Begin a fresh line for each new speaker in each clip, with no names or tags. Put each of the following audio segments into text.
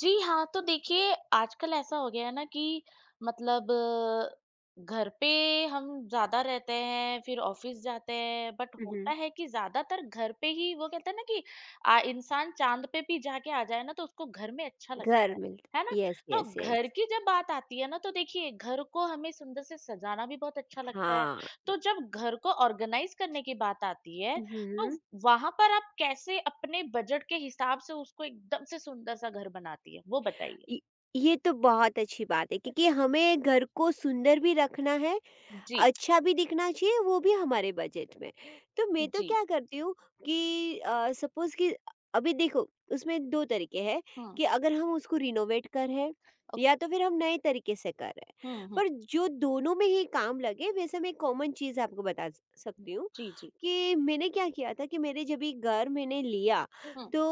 जी हाँ, तो देखिए आजकल ऐसा हो गया है ना कि मतलब घर पे हम ज़्यादा रहते हैं, फिर ऑफ़िस जाते हैं, बट
हुँ,
होता
हुँ।
है कि ज़्यादातर घर पे ही वो कहते हैं ना कि इंसान चाँद पे भी जाके आ जाए ना तो उसको घर में अच्छा लगता
घर
है
मिलता।
ना?
यस,
तो
यस,
घर
यस।
की जब बात आती है ना तो देखिए घर को हमें सुंदर से सजाना भी बहुत अच्छा लगता है,
हाँ।
तो जब घर को ऑर्गेनाइज़ करने की बात आती है
हुँ,
तो
हुँ।
वहाँ पर आप कैसे अपने बजट के हिसाब से उसको एकदम से सुंदर सा घर बनाती है वो बताइए?
इ ये तो बहुत अच्छी बात है क्योंकि हमें घर को सुंदर भी रखना है,
जी,
अच्छा भी दिखना चाहिए, वो भी हमारे बजट में। तो मैं तो
जी।
क्या करती हूँ कि सपोज़ कि अभी देखो, उसमें 2 तरीके हैं।
हुँ,
कि अगर हम उसको रिनोवेट कर रहे हैं, या
ओके।
तो फिर हम नए तरीके से कर रहे हैं।
हुँ, हुँ,
पर जो दोनों में ही काम लगे, वैसे मैं कॉमन चीज़ आपको बता स
हुँ।
सकती हूँ
जी, जी।
कि मैंने क्या किया था। कि मेरे जब ये घर मैंने लिया,
हुँ,
तो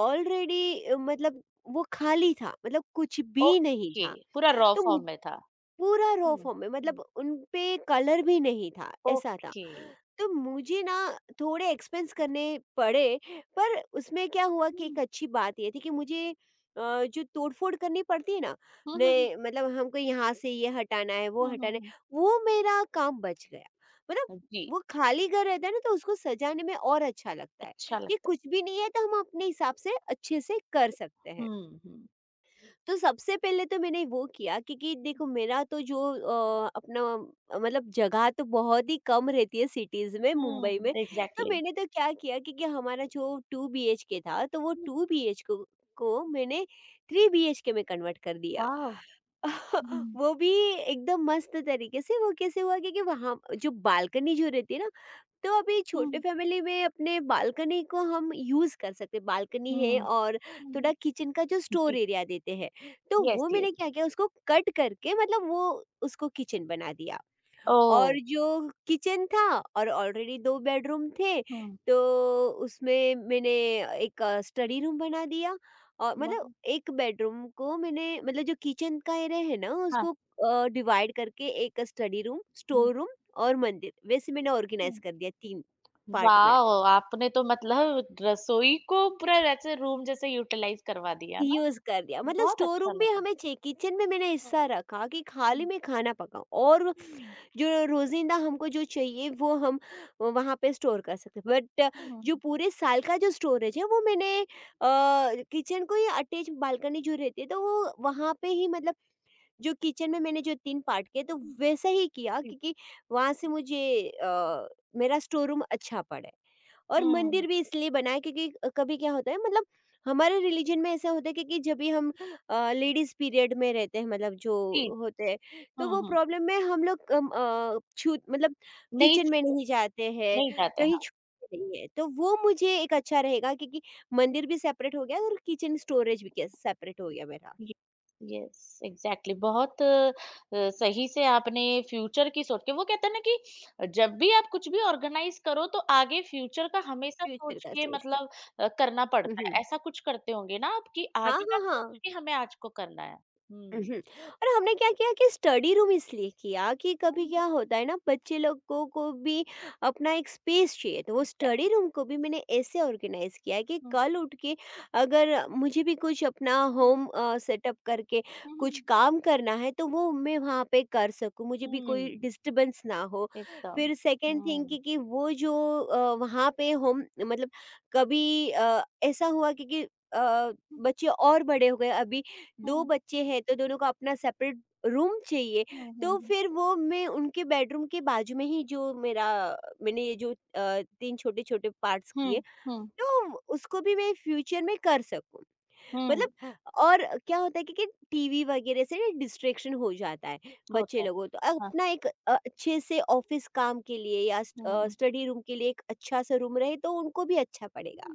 ऑलरेडी मतलब वो खाली था, मतलब कुछ भी नहीं
ओके
था।
पूरा रॉ
तो
फॉर्म में था।
पूरा रॉ
हुँ,
फॉर्म में,
हुँ,
मतलब उनपे कलर भी नहीं था, ऐसा था।
ओके।
तो मुझे ना थोड़े एक्सपेंस करने पड़े, पर उसमें क्या हुआ कि
हुँ,
एक अच्छी बात ये थी कि मुझे जो तोड़-फोड़ करनी पड़ती है ना,
हुँ, हुँ,
नए मतलब हमको यहाँ से ये
हुँ, हुँ,
हटाना है,
हुँ,
वो मेरा काम बच गया। मतलब
हुँ। जी,
वो खाली घर रहता है ना, तो उसको सजाने में और अच्छा लगता है,
अच्छा
कि
लगता
कुछ भी नहीं है तो हम अपने हिसाब से अच्छे से कर
है।
सकते हैं।
हुँ, हुँ,
तो सबसे पहले तो मैंने वो किया, क्योंकि देखो मेरा तो जो अपना मतलब जगह तो बहुत ही कम रहती है सिटीज़ में, मुंबई
हुँ,
में। तो
एग्ज़ैक्टली।
मैंने तो क्या किया, क्योंकि हमारा जो 2 बीएचके था, तो वो
हुँ,
2 बीएचको को मैंने 3 बीएचके में कन्वर्ट कर दिया।
वॉव! हुँ,
वो भी एकदम मस्त तरीके से। वो कैसे हुआ, क्योंकि वहाँ जो बालकनी जो रहती है ना, तो अभी छोटे
हुँ,
फैमिली में अपने बालकनी को हम यूज़ कर सकते हैं। बालकनी है,
हुँ,
और
हुँ, हुँ।
थोड़ा किचन का जो स्टोर
जी,
एरिया देते हैं, तो
यस,
वो मैंने
यस।
क्या किया, उसको कट करके मतलब वो उसको किचन बना दिया।
ओह!
और जो किचन था और ऑलरेडी 2 बेडरूम थे,
हुँ,
तो उसमें मैंने एक स्टडी रूम बना दिया। और
वाह!
मतलब एक बेडरूम को मैंने, मतलब जो किचन का एरिया है ना,
हाँ।
उसको डिवाइड करके एक स्टडी रूम, स्टोर रूम और मंदिर वैसे मैंने ऑर्गेनाइज़
हुँ,
कर दिया 3 पार्ट में।
वाओ! आपने तो मतलब रसोई को पूरा ऐसे रूम जैसे यूटिलाइज़ करवा दिया ना,
यूज़ कर दिया, मतलब
बहुत
स्टोर
अच्छा
रूम भी
लगा।
हमें चाहिए, किचन में मैंने
हुँ,
हिस्सा रखा कि खाली
हुँ,
मैं खाना पकाऊँ, और
हुँ,
जो रोज़िंदा हमको जो चाहिए वो हम वहाँ पे स्टोर कर सकते हैं। बट
हुँ, हुँ,
जो पूरे साल का जो स्टोरेज है, वो मैंने किचन को ही अटैच बालकनी जो रहती है, तो वो वहाँ पे ही, मतलब जो किचन में मैंने जो 3 पार्ट किए, तो
हुँ,
वैसा ही किया, क्योंकि वहाँ से मुझे अ, मेरा स्टोर रूम अच्छा पड़े। और
हुँ,
मंदिर
हुँ,
भी इसलिए बनाया, क्योंकि कभी क्या होता है, मतलब हमारे रिलीजन में ऐसा होता है क्योंकि जब भी हम लेडीज़ पीरियड में रहते हैं, मतलब जो
जी,
होते हैं, तो
हुँ,
वो
हुँ,
प्रॉब्लम में हम लोग छू मतलब
नहीं
किचन में
छूटे,
नहीं जाते हैं,
नहीं जाते
कहीं
हैं।
छूते नहीं है। तो वो मुझे एक अच्छा रहेगा, क्योंकि मंदिर भी सेपरेट हो गया, और किचन स्टोरेज भी क्या सेपरेट हो गया मेरा।
ये यस एग्जैक्टली बहुत सही से आपने फ्यूचर की सोच के वो कहते हैं ना कि जब भी आप कुछ भी ऑर्गेनाइज करो तो आगे फ्यूचर का हमेशा
फ्यूचर
सोच
का
के
सोचना।
मतलब करना
हुँ,
पड़ता
हुँ।
है ऐसा कुछ करते होंगे ना आप कि
हाँ,
आगे का
हाँ,
सोच
हाँ।
के हमें आज को करना है।
उहुँ। और हमने क्या किया कि स्टडी रूम इसलिए किया कि कभी क्या होता है ना, बच्चे लोगों को भी अपना एक स्पेस चाहिए, तो वो स्टडी
एग्जैक्टली
रूम को भी मैंने ऐसे ऑर्गेनाइज़ किया है कि
हम्म
कल उठ के अगर मुझे भी कुछ अपना
हम्म
होम सेटअप करके कुछ
हम्म,
काम करना है, तो वो मैं वहाँ पे कर सकूँ, मुझे भी कोई
हम्म,
डिस्टर्बेंस ना हो।
एकदम
फिर सेकंड थिंग
हम्म
कि वो जो वहाँ पे होम मतलब कभी ऐसा हुआ कि अ, बच्चे और बड़े हो गए, अभी 2
हम्म
बच्चे हैं, तो दोनों को अपना सेपरेट रूम चाहिए।
हम्म
तो
हम्म
फिर वो मैं उनके बेडरूम के बाजू में ही जो मेरा, मैंने ये जो 3 छोटे-छोटे पार्ट्स किए,
हम्म हम्म
तो उसको भी मैं फ्यूचर में कर सकूँ।
हम्म,
मतलब और क्या होता है कि टीवी वगैरह से डिस्ट्रैक्शन हो जाता है बच्चे
होता है,
लोगों, तो
हाँ
अपना एक अच्छे से ऑफ़िस काम के लिए या
हम्म
स्टडी रूम के लिए एक अच्छा-सा रूम रहे तो उनको भी अच्छा पड़ेगा।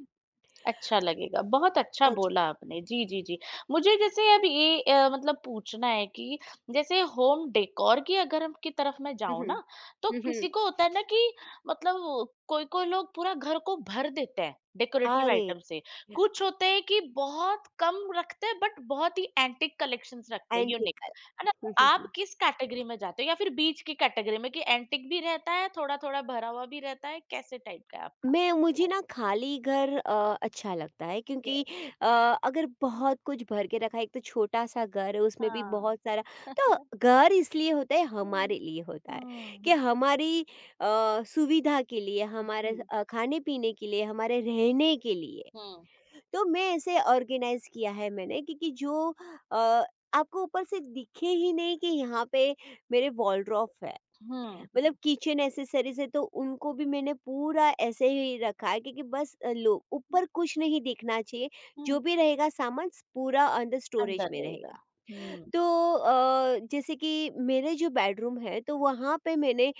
अच्छा लगेगा। बहुत अच्छा
अच्छा।
बोला आपने। जी, जी, जी। मुझे जैसे अब ये मतलब पूछना है कि जैसे होम डेकोर की अगर हम की तरफ मैं
हुँ,
जाऊँ
हुँ।
ना, तो
हुँ, हुँ।
किसी को होता है ना कि मतलब कोई-कोई लोग पूरा घर को भर देते हैं डेकोरेटिव
अरे!
आइटम से। कुछ होते हैं कि बहुत कम रखते हैं बट बहुत ही एंटीक कलेक्शंस रखते हैं, यूनिक।
एंटीकल।
है ना?
हुँ,
तो
हुँ,
आप
हुँ।
किस कैटेगरी में जाते हो या फिर बीच की कैटेगरी में कि एंटीक भी रहता है, थोड़ा-थोड़ा भरा हुआ भी रहता है? कैसे टाइप का है आपका?
मैं मुझे ना खाली घर अच्छा लगता है, क्योंकि
यस।
अ, अगर बहुत कुछ भर के रखा है, एक तो छोटा-सा घर है उसमें भी
हाँ।
बहुत सारा, तो घर इसलिए होता है, हमारे
हुँ।
लिए होता है कि
हुँ,
हमारी सुविधा के लिए, हमारे
जी।
खाने-पीने के लिए, हमारे रहने के लिए।
हुँ,
तो मैं ऐसे ऑर्गेनाइज़ किया है मैंने, क्योंकि जो अ, आपको ऊपर से दिखे ही नहीं कि यहाँ पे मेरे वॉलड्रॉफ है।
हुँ, हुँ,
मतलब किचन एक्सेसरीज है, तो उनको भी मैंने पूरा ऐसे ही रखा है, क्योंकि बस लो ऊपर कुछ नहीं दिखना चाहिए, जो
हुँ।
भी रहेगा सामान पूरा अंदर स्टोरेज
अंदर
में
रहेगा।
रहेगा।
हुँ।
तो जैसे कि मेरे जो बेडरूम है, तो वहाँ पे मैंने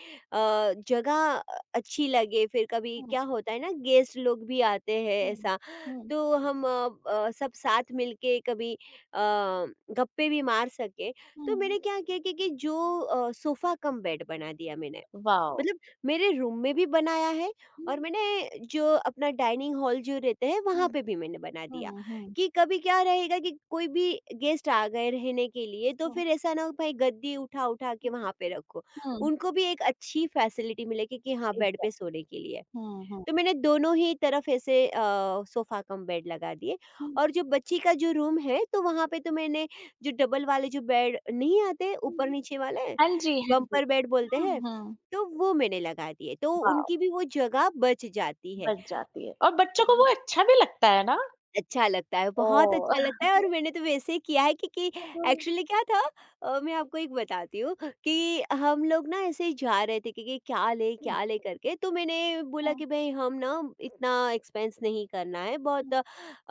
जगह अच्छी लगे, फिर कभी
हुँ,
क्या होता है ना, गेस्ट लोग भी आते हैं
हुँ,
ऐसा,
हुँ,
तो हम सब साथ मिलके कभी गप्पे भी मार सके, तो
हुँ।
मैंने क्या किया कि जो सोफा कम बेड बना दिया मैंने,
वाओ!
मतलब मेरे रूम में भी बनाया है,
हुँ,
और मैंने जो अपना डाइनिंग हॉल जो रहते हैं वहाँ
हुँ,
पे भी मैंने बना दिया
हुँ, हुँ,
कि कभी क्या रहेगा, कि कोई भी गेस्ट आ गए रहने के लिए तो
हुँ,
फिर ऐसा ना हो भाई गद्दी उठा उठा के वहाँ पे रखो,
हुँ,
उनको भी एक अच्छी फैसिलिटी मिलेगी कि हाँ बेड पे
एग्ज़ैक्ट
सोने के लिए।
हुँ, हुँ,
तो मैंने दोनों ही तरफ ऐसे सोफा कम बेड लगा दिए।
हुँ,
और जो बच्ची का जो रूम है तो वहाँ पे तो मैंने जो डबल वाले जो बेड नहीं आते ऊपर
हुँ।
नीचे वाले,
हाँ जी, हाँ जी।
बम्पर बेड बोलते हैं,
हुँ, हुँ।
तो वो मैंने लगा दिए, तो
वाओ!
उनकी भी वो जगह बच जाती
बच जाती है और बच्चों को वो
है।
अच्छा भी लगता है ना? हाँ।
अच्छा लगता है, बहुत
ओह!
अच्छा लगता है, और मैंने तो वैसे ही किया है, क्योंकि
हुँ,
एक्चुअली क्या था, मैं आपको एक बताती हूँ कि हम लोग ना ऐसे ही जा रहे थे, क्योंकि
हुँ,
क्या लें करके, तो मैंने बोला
हाँ,
कि भई हम ना इतना एक्सपेंस नहीं करना है, बहुत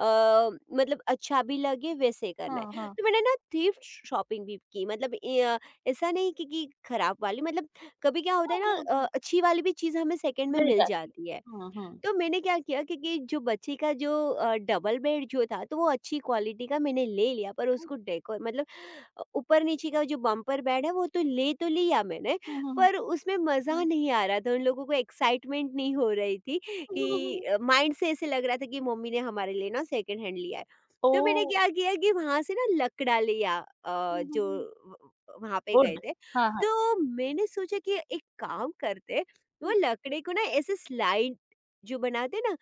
मतलब अच्छा भी लगे वैसे करना
हाँ,
है।
हाँ, हाँ।
तो मैंने ना थ्रिफ्ट शॉपिंग भी की, मतलब ऐसा नहीं कि खराब वाली, मतलब कभी क्या होता है
हाँ,
ना,
हाँ, हाँ।
अच्छी वाली भी चीज़ हमें सेकंड में
मिल
मिल
जाती है।
जाती है।
हाँ, हाँ।
तो मैंने क्या किया कि जो बच्चे का जो डबल बेड जो था, तो वो अच्छी क्वालिटी का मैंने ले लिया, पर
हुँ,
उसको डेकोर, मतलब ऊपर नीचे का जो बम्पर बेड है, वो तो ले तो लिया मैंने,
हुँ, हुँ, हुँ।
पर उसमें मज़ा नहीं आ रहा था। उन लोगों को एक्साइटमेंट नहीं हो रही थी, कि
ओह!
माइंड से ऐसे लग रहा था कि मम्मी ने हमारे लिए ना सेकंड हैंड लिया है। तो मैंने क्या किया कि वहाँ से ना लकड़ा लिया,
हुँ, हुँ,
जो
हुँ।
व वहाँ पे गए
वुड
थे।
हाँ, हाँ।
तो मैंने सोचा कि एक काम करते,
हुँ,
वो
हुँ।
लकड़े को ना ऐसे स्लाइड जो बनाते हैं ना,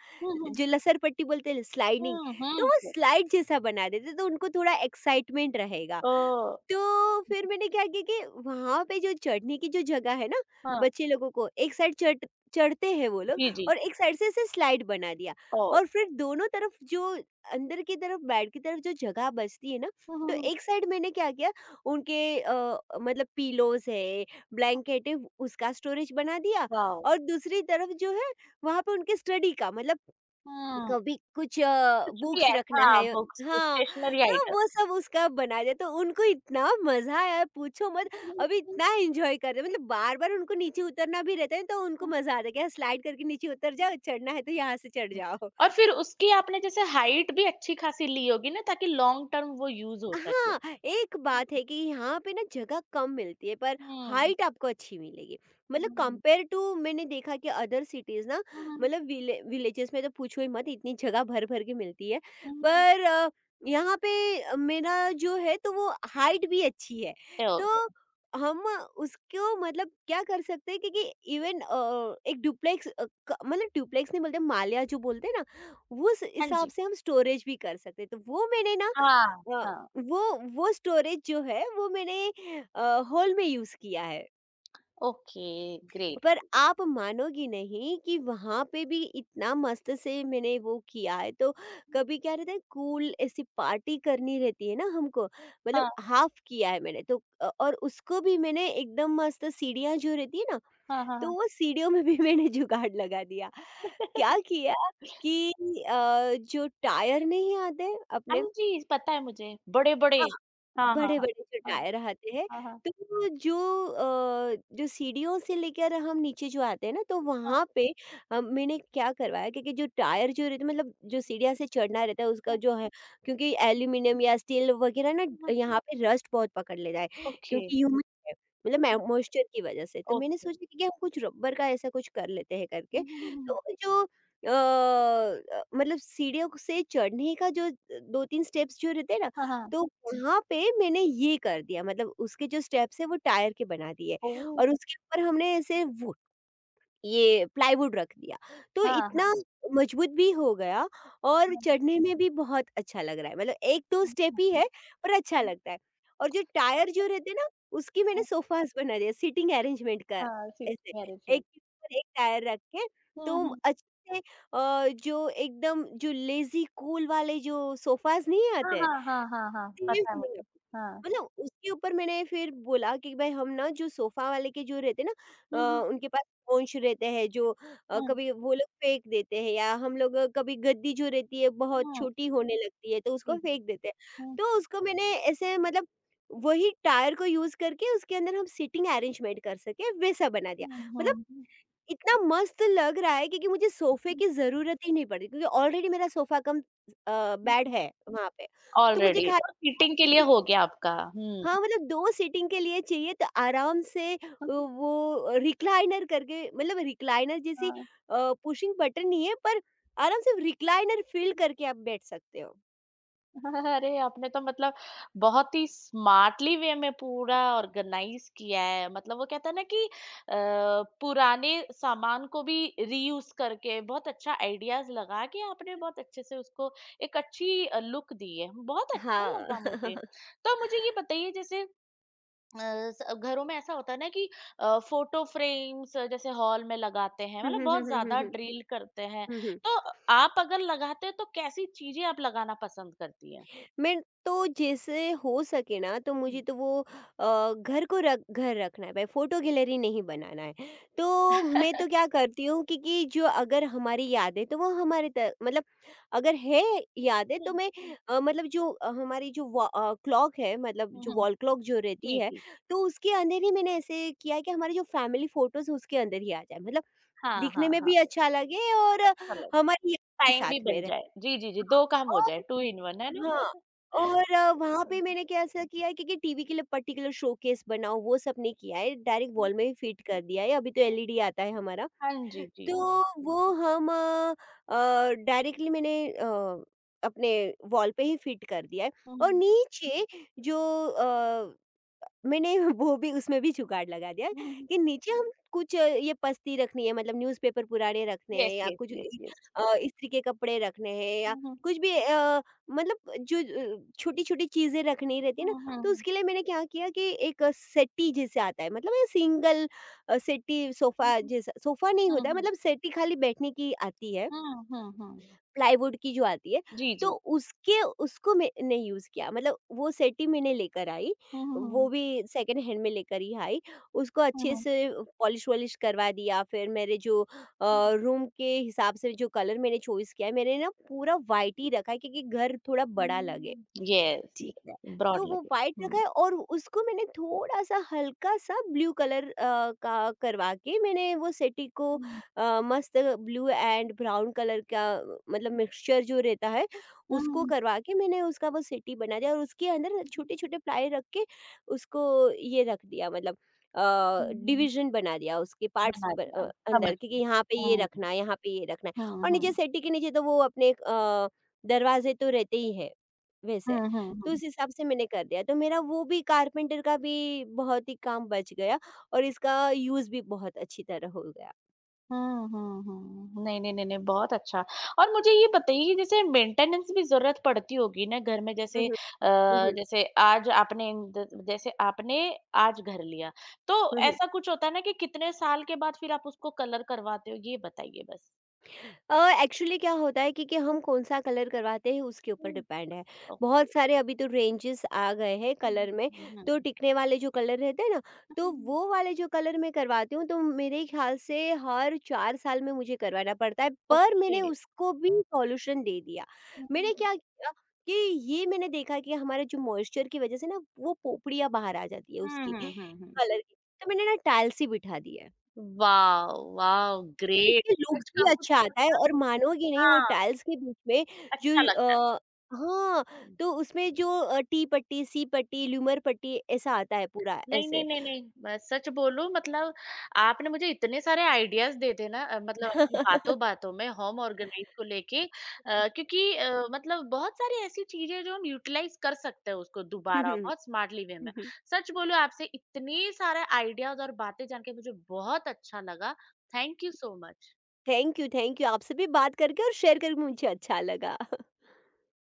जो लसरपट्टी बोलते हैं स्लाइडिंग,
हुँ,
तो वो
हुँ।
स्लाइड जैसा बना देते तो उनको थोड़ा एक्साइटमेंट रहेगा।
ओह!
तो फिर मैंने क्या किया कि वहाँ पे जो चढ़ने की जो जगह है ना,
हाँ,
बच्चे लोगों को एक साइड चढ़ते हैं वो लोग,
जी, जी।
और एक साइड से ऐसे स्लाइड बना दिया।
ओह!
और फिर दोनों तरफ जो अंदर की तरफ बेड की तरफ जो जगह बचती है ना,
हुँ, हुँ,
तो
हुँ,
एक साइड मैंने क्या किया, उनके मतलब पिलोज़ है,
हुँ।
ब्लैंकेट है, उसका स्टोरेज बना दिया।
वाओ!
और दूसरी तरफ जो है, वहाँ पे उनके स्टडी का, मतलब
हुँ,
कभी कुछ
कुछ भी है
बुक्स रखना
हाँ,
है,
बुक्स की
हाँ,
स्टेशनरी
तो
आइटम।
वो सब उसका बना दिया। तो उनको इतना मज़ा आया, पूछो मत, अभी इतना एन्जॉय कर रहे हैं, मतलब बार-बार उनको नीचे उतरना भी रहता है, तो उनको मज़ा आता है कि हाँ, स्लाइड करके नीचे उतर जाओ, चढ़ना है तो यहाँ से चढ़ जाओ।
और फिर उसकी आपने जैसे हाइट भी अच्छी खासी ली होगी ना ताकि लॉन्ग टर्म वो यूज़ हो सके।
हाँ, एक
हुँ,
बात है कि यहाँ पे ना जगह कम मिलती है, पर
हुँ।
हाइट आपको अच्छी मिलेगी। मतलब
हुँ,
कंपेयर टू मैंने देखा कि अदर सिटीज़ ना, मतलब विलेजेस में तो पूछो ही मत, इतनी जगह भर-भर के मिलती है।
हुँ, हुँ।
पर यहाँ पे मेरा जो है, तो वो हाइट भी अच्छी है।
ओके,
तो हम उसको मतलब क्या कर सकते हैं, क्योंकि इवन एक डुप्लेक्स क मतलब डुप्लेक्स नहीं बोलते, माल्या जो बोलते हैं ना, उस
हाँ
हिसाब
जी।
से हम स्टोरेज भी कर सकते हैं। तो वो मैंने ना
हाँ,
अ
हाँ।
वो वो स्टोरेज जो है, वो मैंने अ, हॉल में यूज़ किया है।
Okay, great.
पर आप मानोगी नहीं कि वहाँ पे भी इतना मस्त से मैंने वो किया है, तो कभी क्या रहता है, कूल ऐसी पार्टी करनी रहती है ना हमको, मतलब
हाँ,
हाफ़ किया है मैंने तो और उसको भी मैंने एकदम मस्त, सीढ़ियाँ जो रहती है ना,
हाँ, हाँ,
तो
हाँ।
वो सीढ़ियों में भी मैंने जुगाड़ लगा दिया। क्या किया कि जो टायर नहीं आते
हाँ
अपने,
जी, पता है मुझे, बड़े-बड़े।
हाँ,
हाँ, हाँ,
बड़े-बड़े जो
हाँ।
टायर आते हैं,
हाँ, हाँ,
तो जो जो सीढ़ियों से लेकर हम नीचे जो आते हैं ना, तो
हाँ,
वहाँ
हाँ,
पे मैंने क्या करवाया क्योंकि जो टायर जो रहते मतलब जो सीढ़ियाँ से चढ़ना रहता है उसका
हाँ,
जो है, क्योंकि एल्यूमीनियम या स्टील वगैरह ना,
हुँ, हुँ,
यहाँ पे रस्ट बहुत पकड़ लेता है
ओके,
क्योंकि ह्यूमिड है, मतलब मैं
हुँ,
मॉइस्चर की वजह से। तो मैंने
ओके।
सोचा कि हम कुछ रबर का ऐसा कुछ कर लेते हैं करके।
हुँ, हुँ, हुँ, हुँ।
तो जो मतलब सीढ़ियों से चढ़ने का जो 2-3 स्टेप्स जो रहते हैं ना,
हाँ, हाँ,
तो वहाँ पे मैंने ये कर दिया, मतलब उसके जो स्टेप्स हैं वो टायर के बना दिए
ओह!
और उसके ऊपर हमने ऐसे वो ये प्लाईवुड रख दिया। तो
हाँ, हाँ,
इतना मजबूत भी हो गया और
हाँ,
चढ़ने में भी बहुत अच्छा लग रहा है। मतलब 1-2
हुँ,
स्टेप
हुँ,
ही है पर अच्छा
हुँ,
लगता है। और जो टायर
अच्छा,
जो रहते हैं ना, उसकी मैंने
हाँ,
सोफ़ाज़ बना दिए सीटिंग अरेंजमेंट का।
हाँ, शिफ्ट
ऐसे
मैरिज है।
एक के ऊपर एक टायर रख के
हुँ,
तो
हुँ,
अच्छे से जो एकदम जो लेज़ी कूल वाले जो सोफ़ाज़ नहीं
हाँ,
आते,
हाँ, हाँ, हाँ, हाँ,
सेम
पता है
फीलिंग
मुझे।
आपको थी।
हाँ,
मतलब उसके ऊपर मैंने फिर बोला कि भाई हम ना जो सोफा वाले के जो रहते हैं ना,
हुँ,
उनके पास पौंछ रहते हैं जो
हुँ,
कभी वो लोग फेंक देते हैं या हम लोग कभी गद्दी जो रहती है बहुत
हुँ, हुँ,
छोटी होने लगती है तो उसको
जी,
फेंक देते हैं,
हुँ,
तो उसको मैंने ऐसे मतलब वही टायर को यूज करके उसके अंदर हम सीटिंग अरेंजमेंट कर सके वैसा बना दिया।
हुँ,
मतलब
हुँ, हुँ,
इतना मस्त लग रहा है क्योंकि मुझे सोफे
हुँ,
की ज़रूरत ही नहीं पड़ी, क्योंकि ऑलरेडी मेरा सोफा कम
हुँ,
बेड
हुँ।
है वहाँ पे। तो मुझे
ऑलरेडी
खाली
तो
2
चीटिंग के लिए
सीटिंग,
हो गया आपका। हुँ,
हाँ, मतलब 2 सीटिंग के लिए चाहिए, तो आराम से
हुँ, हुँ,
वो रिक्लाइनर करके, मतलब रिक्लाइनर जैसी
हाँ।
पुशिंग बटन नहीं है पर आराम से रिक्लाइनर फ़ील करके आप बैठ सकते हो।
अरे! आपने तो मतलब बहुत ही स्मार्टली वे में पूरा ऑर्गेनाइज़ किया है। मतलब वो कहते हैं ना कि पुराने सामान को भी रीयूज़ करके बहुत अच्छा आइडियाज़ लगा के आपने बहुत अच्छे से उसको एक अच्छी लुक दी है। बहुत अच्छा
हाँ।
लगा मुझे। तो मुझे ये बताइए जैसे अ, स घरों में ऐसा होता है ना कि फ़ोटो फ़्रेम्स जैसे हॉल में लगाते हैं,
हुँ,
मतलब
हुँ, हुँ,
बहुत
हुँ, हुँ,
ज़्यादा
हुँ।
ड्रिल करते हैं।
हुँ, हुँ।
तो आप अगर लगाते हैं तो कैसी चीज़ें आप लगाना पसंद करती हैं?
मैं तो जैसे हो सके ना, तो मुझे
हुँ।
तो वो घर को रख घर रखना है भाई, फोटो गैलरी नहीं बनाना है। तो मैं तो क्या करती हूँ कि जो अगर हमारी यादें तो वो हमारे त मतलब अगर है यादें
हुँ,
तो मैं
हुँ,
मतलब जो हमारी जो व क्लॉक है, मतलब
हुँ,
जो
हुँ।
वॉल क्लॉक जो रहती
जी,
है
जी।
तो उसके अंदर ही मैंने ऐसे किया है कि हमारे जो फैमिली फोटोज़ उसके अंदर ही आ जाए। मतलब
हाँ,
दिखने
हाँ,
में
हाँ।
भी अच्छा लगे और
अच्छा लग
हमारी याद भी
टाइम
साथ
भी
में
बन
रहे।
जाए। जी, जी, जी
हाँ।
2 काम हो जाए,
और
2 इन 1 है
हाँ,
ना?
और वहाँ पे मैंने कैसा किया है, क्योंकि टीवी के लिए पर्टिकुलर शोकेस बनाओ वो सब नहीं किया है, डायरेक्ट वॉल में ही फिट कर दिया है, अभी तो एलईडी आता है हमारा।
हाँ जी, जी, जी।
तो वो हम डायरेक्टली मैंने अपने वॉल पे ही फिट कर दिया है
हुँ,
और
हुँ,
नीचे जो अ मैंने वो भी उसमें भी जुगाड़ लगा दिया
हुँ, हुँ।
कि नीचे हम कुछ ये पस्ती रखनी है, मतलब न्यूज़पेपर पुराने रखने हैं
यस,
या
यस,
कुछ
यस, यस।
इस्त्री के कपड़े रखने हैं या
हुँ, हुँ।
कुछ भी मतलब जो छोटी छोटी चीज़ें रखनी रहती है ना,
हुँ, हुँ,
तो
हुँ।
उसके लिए मैंने क्या किया कि एक सेटी जैसे आता है, मतलब ये सिंगल सेटी सोफा,
हुँ,
जैसा सोफा नहीं
हुँ, हुँ,
होता है,
हुँ।
मतलब सेटी खाली बैठने की आती है,
हुँ, हुँ, हुँ।
प्लाईवुड की जो आती है,
जी,
तो
जी।
उसके उसको मैंने यूज़ किया, मतलब वो सेट ही मैंने लेकर आई,
हुँ, हुँ, हुँ,
वो
हुँ।
भी सेकंड हैंड में लेकर ही आई। उसको अच्छे
हुँ,
से पॉलिश-वॉलिश करवा दिया, फिर मेरे जो
हुँ।
रूम के हिसाब से जो कलर मैंने चॉइस किया है, मैंने ना पूरा व्हाइट ही रखा है क्योंकि घर थोड़ा बड़ा लगे।
हुँ, हुँ। Yes, yes.
ठीक है। तो
ब्रॉड
वो
लगे।
व्हाइट रखा
हुँ।
है और उसको मैंने थोड़ा-सा हल्का-सा ब्लू कलर का करवा के मैंने वो सेटी को
हुँ,
मस्त ब्लू एंड ब्राउन कलर का, मतलब मिक्सचर जो रहता है, उसको
हुँ।
करवा के मैंने उसका वो सेटी बना दिया और उसके अंदर छोटे-छोटे प्लाई रख के उसको ये रख दिया, मतलब अ,
हुँ,
डिवीज़न बना दिया उसके पार्ट्स
बना दिया, समझ
अंदर, क्योंकि
गई।
यहाँ पे ये
हुँ,
रखना है, यहाँ पे ये रखना है
हुँ,
और नीचे
हुँ।
सेटी के नीचे तो वो अपने दरवाजे तो रहते ही हैं, वैसे।
हुँ, हुँ,
तो
हुँ।
उस हिसाब से मैंने कर दिया। तो मेरा वो भी कारपेंटर का भी बहुत ही काम बच गया और इसका यूज़ भी बहुत अच्छी तरह हो गया।
हुँ, हुँ, हुँ। नहीं, नहीं, नहीं, नहीं, बहुत अच्छा। और मुझे ये बताइए जैसे मेंटेनेंस भी ज़रूरत पड़ती होगी ना घर में
हुँ,
जैसे
हुँ। हुँ, हुँ।
जैसे आज आपने इन- द जैसे आपने आज घर लिया, तो
हुँ, हुँ।
ऐसा कुछ होता है ना कि कितने साल के बाद फिर आप उसको कलर करवाते हो? ये बताइए बस?
एक्चुअली क्या होता है कि हम कौन सा कलर करवाते हैं उसके ऊपर
हुँ।
डिपेंड है। बहुत
ओके।
सारे अभी तो रेंजेस आ गए हैं कलर
हुँ,
में,
हुँ,
तो
हुँ,
टिकने वाले जो कलर रहते हैं ना, तो
हुँ।
वो वाले जो कलर मैं करवाती हूँ, तो मेरे ख्याल से हर 4 साल में मुझे करवाना पड़ता है, पर
ओके।
मैंने उसको भी सॉल्यूशन दे दिया।
हुँ,
मैंने
हुँ,
क्या किया कि ये मैंने देखा कि हमारे जो मॉइस्चर की वजह से ना वो पोपड़ियाँ बाहर आ जाती है
हुँ,
उसकी
हुँ, हुँ।
कलर की, तो मैंने ना टाइल्स ही बिठा दिया।
वाओ! वाओ! ग्रेट!
उसके लुक्स
सच
भी
कहूँ
अच्छा
तो
आता है और मानोगे नहीं वो
हाँ,
टाइल्स के बीच में जो
अच्छा लगता
अ, हाँ,
है।
तो उसमें जो टी पट्टी, सी पट्टी, ल्यूमर पट्टी ऐसा आता है पूरा
नहीं,
ऐसे।
नहीं, नहीं, नहीं, मैं सच बोलूँ मतलब आपने मुझे इतने सारे आइडियाज़ दे दिए ना मतलब अपनी बातों-बातों में होम ऑर्गेनाइज़ को लेके क्योंकि मतलब बहुत सारी ऐसी चीज़ें हैं जो हम यूटिलाइज़ कर सकते हैं उसको
हुँ,
दोबारा
हुँ।
बहुत स्मार्टली वे
हुँ,
में।
हुँ।
सच बोलूँ आपसे इतने सारे आइडियाज़ और बातें जान के मुझे बहुत अच्छा लगा। Thank you so much.
Thank you, thank you. आपसे भी बात करके और शेयर करके मुझे अच्छा लगा।